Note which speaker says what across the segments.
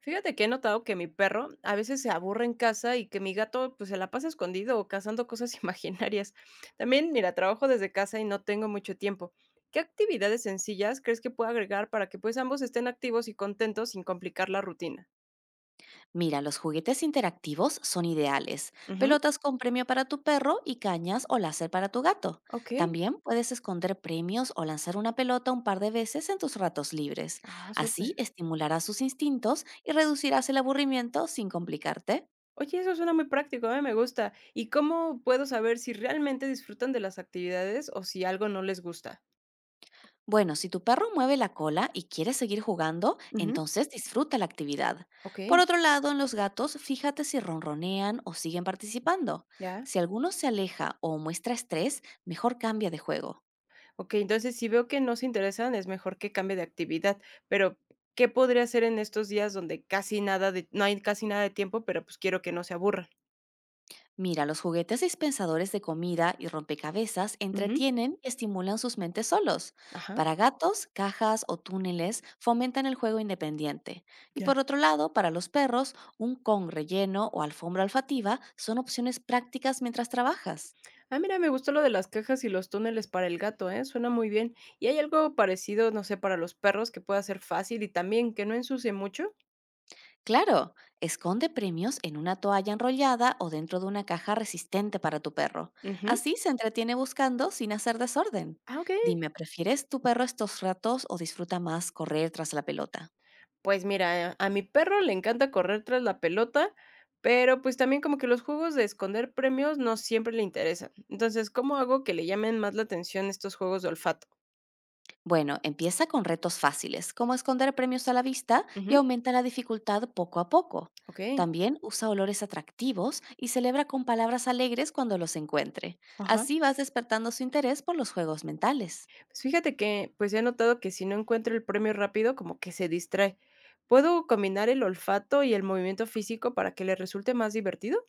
Speaker 1: Fíjate que he notado que mi perro a veces se aburre en casa y que mi gato pues se la pasa escondido o cazando cosas imaginarias. También, mira, trabajo desde casa y no tengo mucho tiempo. ¿Qué actividades sencillas crees que puedo agregar para que pues ambos estén activos y contentos sin complicar la rutina?
Speaker 2: Mira, los juguetes interactivos son ideales.
Speaker 1: Ujú.
Speaker 2: Pelotas con premio para tu perro y cañas o láser para tu gato.
Speaker 1: Ok.
Speaker 2: También puedes esconder premios o lanzar una pelota un par de veces en tus ratos libres.
Speaker 1: Ah, súper.
Speaker 2: Así estimularás sus instintos y reducirás el aburrimiento sin complicarte.
Speaker 1: Oye, eso suena muy práctico, a mí me gusta. ¿Y cómo puedo saber si realmente disfrutan de las actividades o si algo no les gusta?
Speaker 2: Bueno, si tu perro mueve la cola y quiere seguir jugando,
Speaker 1: Ujú.
Speaker 2: entonces disfruta la actividad.
Speaker 1: Ok.
Speaker 2: Por otro lado, en los gatos, fíjate si ronronean o siguen participando.
Speaker 1: Ya.
Speaker 2: Si alguno se aleja o muestra estrés, mejor cambia de juego.
Speaker 1: Okey, entonces, si veo que no se interesan, es mejor que cambie de actividad, pero, ¿qué podría hacer en estos días donde casi nada de no hay casi nada de tiempo, pero, pues, quiero que no se aburran?
Speaker 2: Mira, los juguetes dispensadores de comida y rompecabezas
Speaker 1: Ujú.
Speaker 2: entretienen y estimulan sus mentes solos.
Speaker 1: Ajá.
Speaker 2: Para gatos, cajas o túneles fomentan el juego independiente. Y por
Speaker 1: Ya.
Speaker 2: otro lado, para los perros, un con relleno o alfombra olfativa son opciones prácticas mientras trabajas.
Speaker 1: Ah, mira, me gustó lo de las cajas y los túneles para el gato, ¿eh? Suena muy bien. ¿Y hay algo parecido, no sé, para los perros que pueda ser fácil y también que no ensucie mucho?
Speaker 2: Claro, esconde premios en una toalla enrollada o dentro de una caja resistente para tu perro.
Speaker 1: Ujú.
Speaker 2: Así se entretiene buscando sin hacer desorden.
Speaker 1: Ah, okey.
Speaker 2: Dime, ¿prefieres tu perro estos ratos o disfruta más correr tras la pelota?
Speaker 1: Pues mira, a mi perro le encanta correr tras la pelota, pero pues también como que los juegos de esconder premios no siempre le interesan. Entonces, ¿cómo hago que le llamen más la atención estos juegos de olfato?
Speaker 2: Bueno, empieza con retos fáciles, como esconder premios a la vista y
Speaker 1: Ujú.
Speaker 2: aumenta la dificultad poco a poco.
Speaker 1: Ok.
Speaker 2: También usa olores atractivos y celebra con palabras alegres cuando los encuentre.
Speaker 1: Ajá.
Speaker 2: Así vas despertando su interés por los juegos mentales.
Speaker 1: Pues fíjate que pues he notado que si no encuentro el premio rápido, como que se distrae. ¿Puedo combinar el olfato y el movimiento físico para que le resulte más divertido?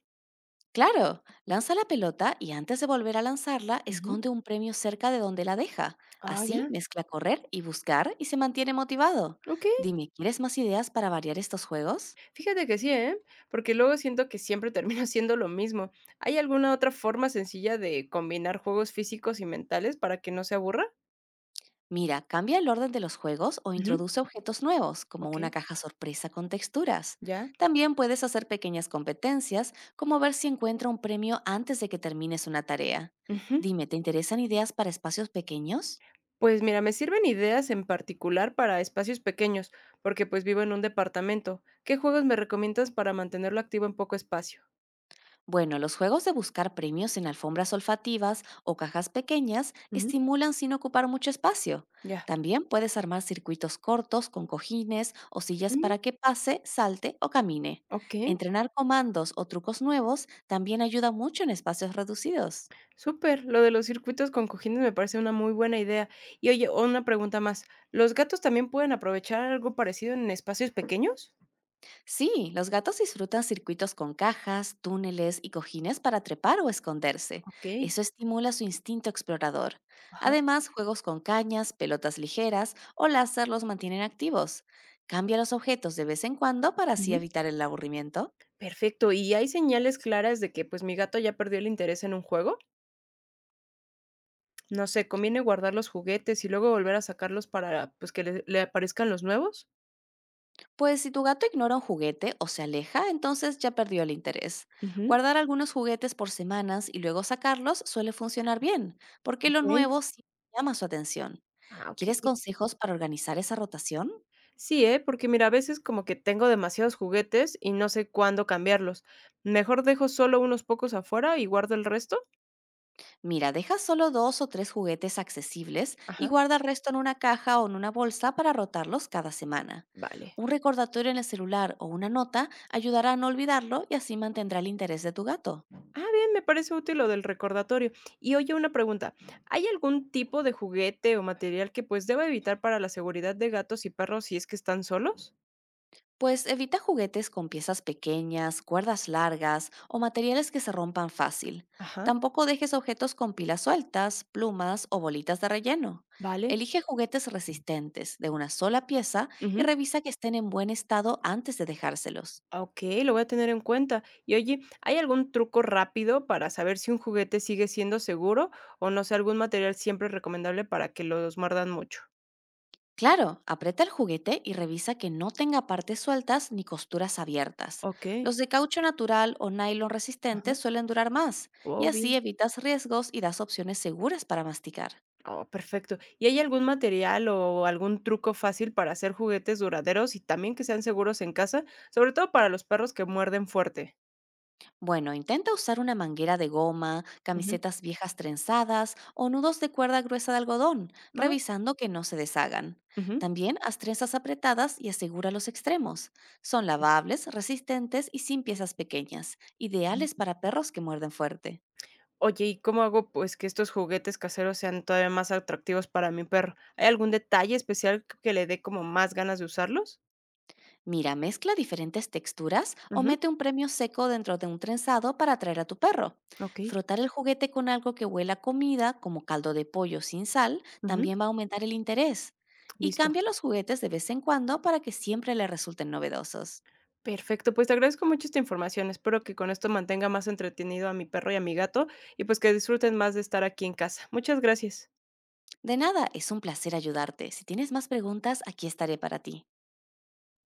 Speaker 2: Claro, lanza la pelota y antes de volver a lanzarla,
Speaker 1: Ujú.
Speaker 2: esconde un premio cerca de donde la deja.
Speaker 1: Ah,
Speaker 2: Así
Speaker 1: ya.
Speaker 2: mezcla correr y buscar y se mantiene motivado.
Speaker 1: Ok.
Speaker 2: Dime, ¿quieres más ideas para variar estos juegos?
Speaker 1: Fíjate que sí, ¿eh? Porque luego siento que siempre termino haciendo lo mismo. ¿Hay alguna otra forma sencilla de combinar juegos físicos y mentales para que no se aburra?
Speaker 2: Mira, cambia el orden de los juegos o
Speaker 1: Ujú.
Speaker 2: introduce objetos nuevos, como
Speaker 1: Ok.
Speaker 2: una caja sorpresa con texturas.
Speaker 1: Ya.
Speaker 2: También puedes hacer pequeñas competencias, como ver si encuentra un premio antes de que termines una tarea.
Speaker 1: Ujú.
Speaker 2: Dime, ¿te interesan ideas para espacios pequeños?
Speaker 1: Pues mira, me sirven ideas en particular para espacios pequeños, porque pues vivo en un departamento. ¿Qué juegos me recomiendas para mantenerlo activo en poco espacio?
Speaker 2: Bueno, los juegos de buscar premios en alfombras olfativas o cajas pequeñas
Speaker 1: Ujú.
Speaker 2: estimulan sin ocupar mucho espacio.
Speaker 1: Ya.
Speaker 2: También puedes armar circuitos cortos con cojines o sillas
Speaker 1: Ujú.
Speaker 2: para que pase, salte o camine.
Speaker 1: Ok.
Speaker 2: Entrenar comandos o trucos nuevos también ayuda mucho en espacios reducidos.
Speaker 1: Súper, lo de los circuitos con cojines me parece una muy buena idea. Y oye, una pregunta más. ¿Los gatos también pueden aprovechar algo parecido en espacios pequeños?
Speaker 2: Sí, los gatos disfrutan circuitos con cajas, túneles y cojines para trepar o esconderse.
Speaker 1: Ok.
Speaker 2: Eso estimula su instinto explorador.
Speaker 1: Ajá.
Speaker 2: Además, juegos con cañas, pelotas ligeras o láser los mantienen activos. Cambia los objetos de vez en cuando para así
Speaker 1: Ujú.
Speaker 2: evitar el aburrimiento.
Speaker 1: Perfecto. ¿Y hay señales claras de que pues mi gato ya perdió el interés en un juego? No sé, ¿conviene guardar los juguetes y luego volver a sacarlos para pues que le aparezcan los nuevos?
Speaker 2: Pues si tu gato ignora un juguete o se aleja, entonces ya perdió el interés.
Speaker 1: Ujú.
Speaker 2: Guardar algunos juguetes por semanas y luego sacarlos suele funcionar bien, porque lo
Speaker 1: Ok.
Speaker 2: nuevo sí llama su atención.
Speaker 1: Ah, ok.
Speaker 2: ¿Quieres consejos para organizar esa rotación?
Speaker 1: Sí, ¿eh? Porque mira, a veces como que tengo demasiados juguetes y no sé cuándo cambiarlos. Mejor dejo solo unos pocos afuera y guardo el resto.
Speaker 2: Mira, deja solo dos o tres juguetes accesibles y
Speaker 1: Ajá.
Speaker 2: guarda el resto en una caja o en una bolsa para rotarlos cada semana.
Speaker 1: Vale.
Speaker 2: Un recordatorio en el celular o una nota ayudará a no olvidarlo y así mantendrá el interés de tu gato.
Speaker 1: Ah, bien, me parece útil lo del recordatorio. Y oye, una pregunta. ¿Hay algún tipo de juguete o material que pues deba evitar para la seguridad de gatos y perros si es que están solos?
Speaker 2: Pues evita juguetes con piezas pequeñas, cuerdas largas o materiales que se rompan fácil.
Speaker 1: Ajá.
Speaker 2: Tampoco dejes objetos con pilas sueltas, plumas o bolitas de relleno.
Speaker 1: Vale.
Speaker 2: Elige juguetes resistentes de una sola pieza y
Speaker 1: Ujú.
Speaker 2: revisa que estén en buen estado antes de dejárselos.
Speaker 1: Ok, lo voy a tener en cuenta. Y oye, ¿hay algún truco rápido para saber si un juguete sigue siendo seguro o no sé, algún material siempre recomendable para que los muerdan mucho?
Speaker 2: Claro, aprieta el juguete y revisa que no tenga partes sueltas ni costuras abiertas.
Speaker 1: Ok.
Speaker 2: Los de caucho natural o nylon
Speaker 1: Ajá.
Speaker 2: resistente suelen durar más, y
Speaker 1: Oh,
Speaker 2: así
Speaker 1: bien.
Speaker 2: evitas riesgos y das opciones seguras para masticar.
Speaker 1: Oh, perfecto. ¿Y hay algún material o algún truco fácil para hacer juguetes duraderos y también que sean seguros en casa? Sobre todo para los perros que muerden fuerte.
Speaker 2: Bueno, intenta usar una manguera de goma,
Speaker 1: Ujú.
Speaker 2: camisetas viejas trenzadas o nudos de cuerda gruesa de algodón,
Speaker 1: Ah,
Speaker 2: revisando que no se deshagan.
Speaker 1: ujú.
Speaker 2: También haz trenzas apretadas y asegura los extremos. Son lavables, resistentes y sin piezas pequeñas,
Speaker 1: Ujú.
Speaker 2: ideales para perros que muerden fuerte.
Speaker 1: Oye, ¿y cómo hago pues que estos juguetes caseros sean todavía más atractivos para mi perro? ¿Hay algún detalle especial que le dé como más ganas de usarlos?
Speaker 2: Mira, mezcla diferentes texturas o
Speaker 1: Ujú.
Speaker 2: mete un premio seco dentro de un trenzado para atraer a tu perro.
Speaker 1: Ok.
Speaker 2: Frotar el juguete con algo que huela a comida, como caldo de pollo sin sal,
Speaker 1: Ujú.
Speaker 2: también va a aumentar el interés. Y
Speaker 1: Listo.
Speaker 2: cambia los juguetes de vez en cuando para que siempre le resulten novedosos.
Speaker 1: Perfecto, pues te agradezco mucho esta información. Espero que con esto mantenga más entretenido a mi perro y a mi gato y pues que disfruten más de estar aquí en casa. Muchas gracias.
Speaker 2: De nada, es un placer ayudarte. Si tienes más preguntas, aquí estaré para ti.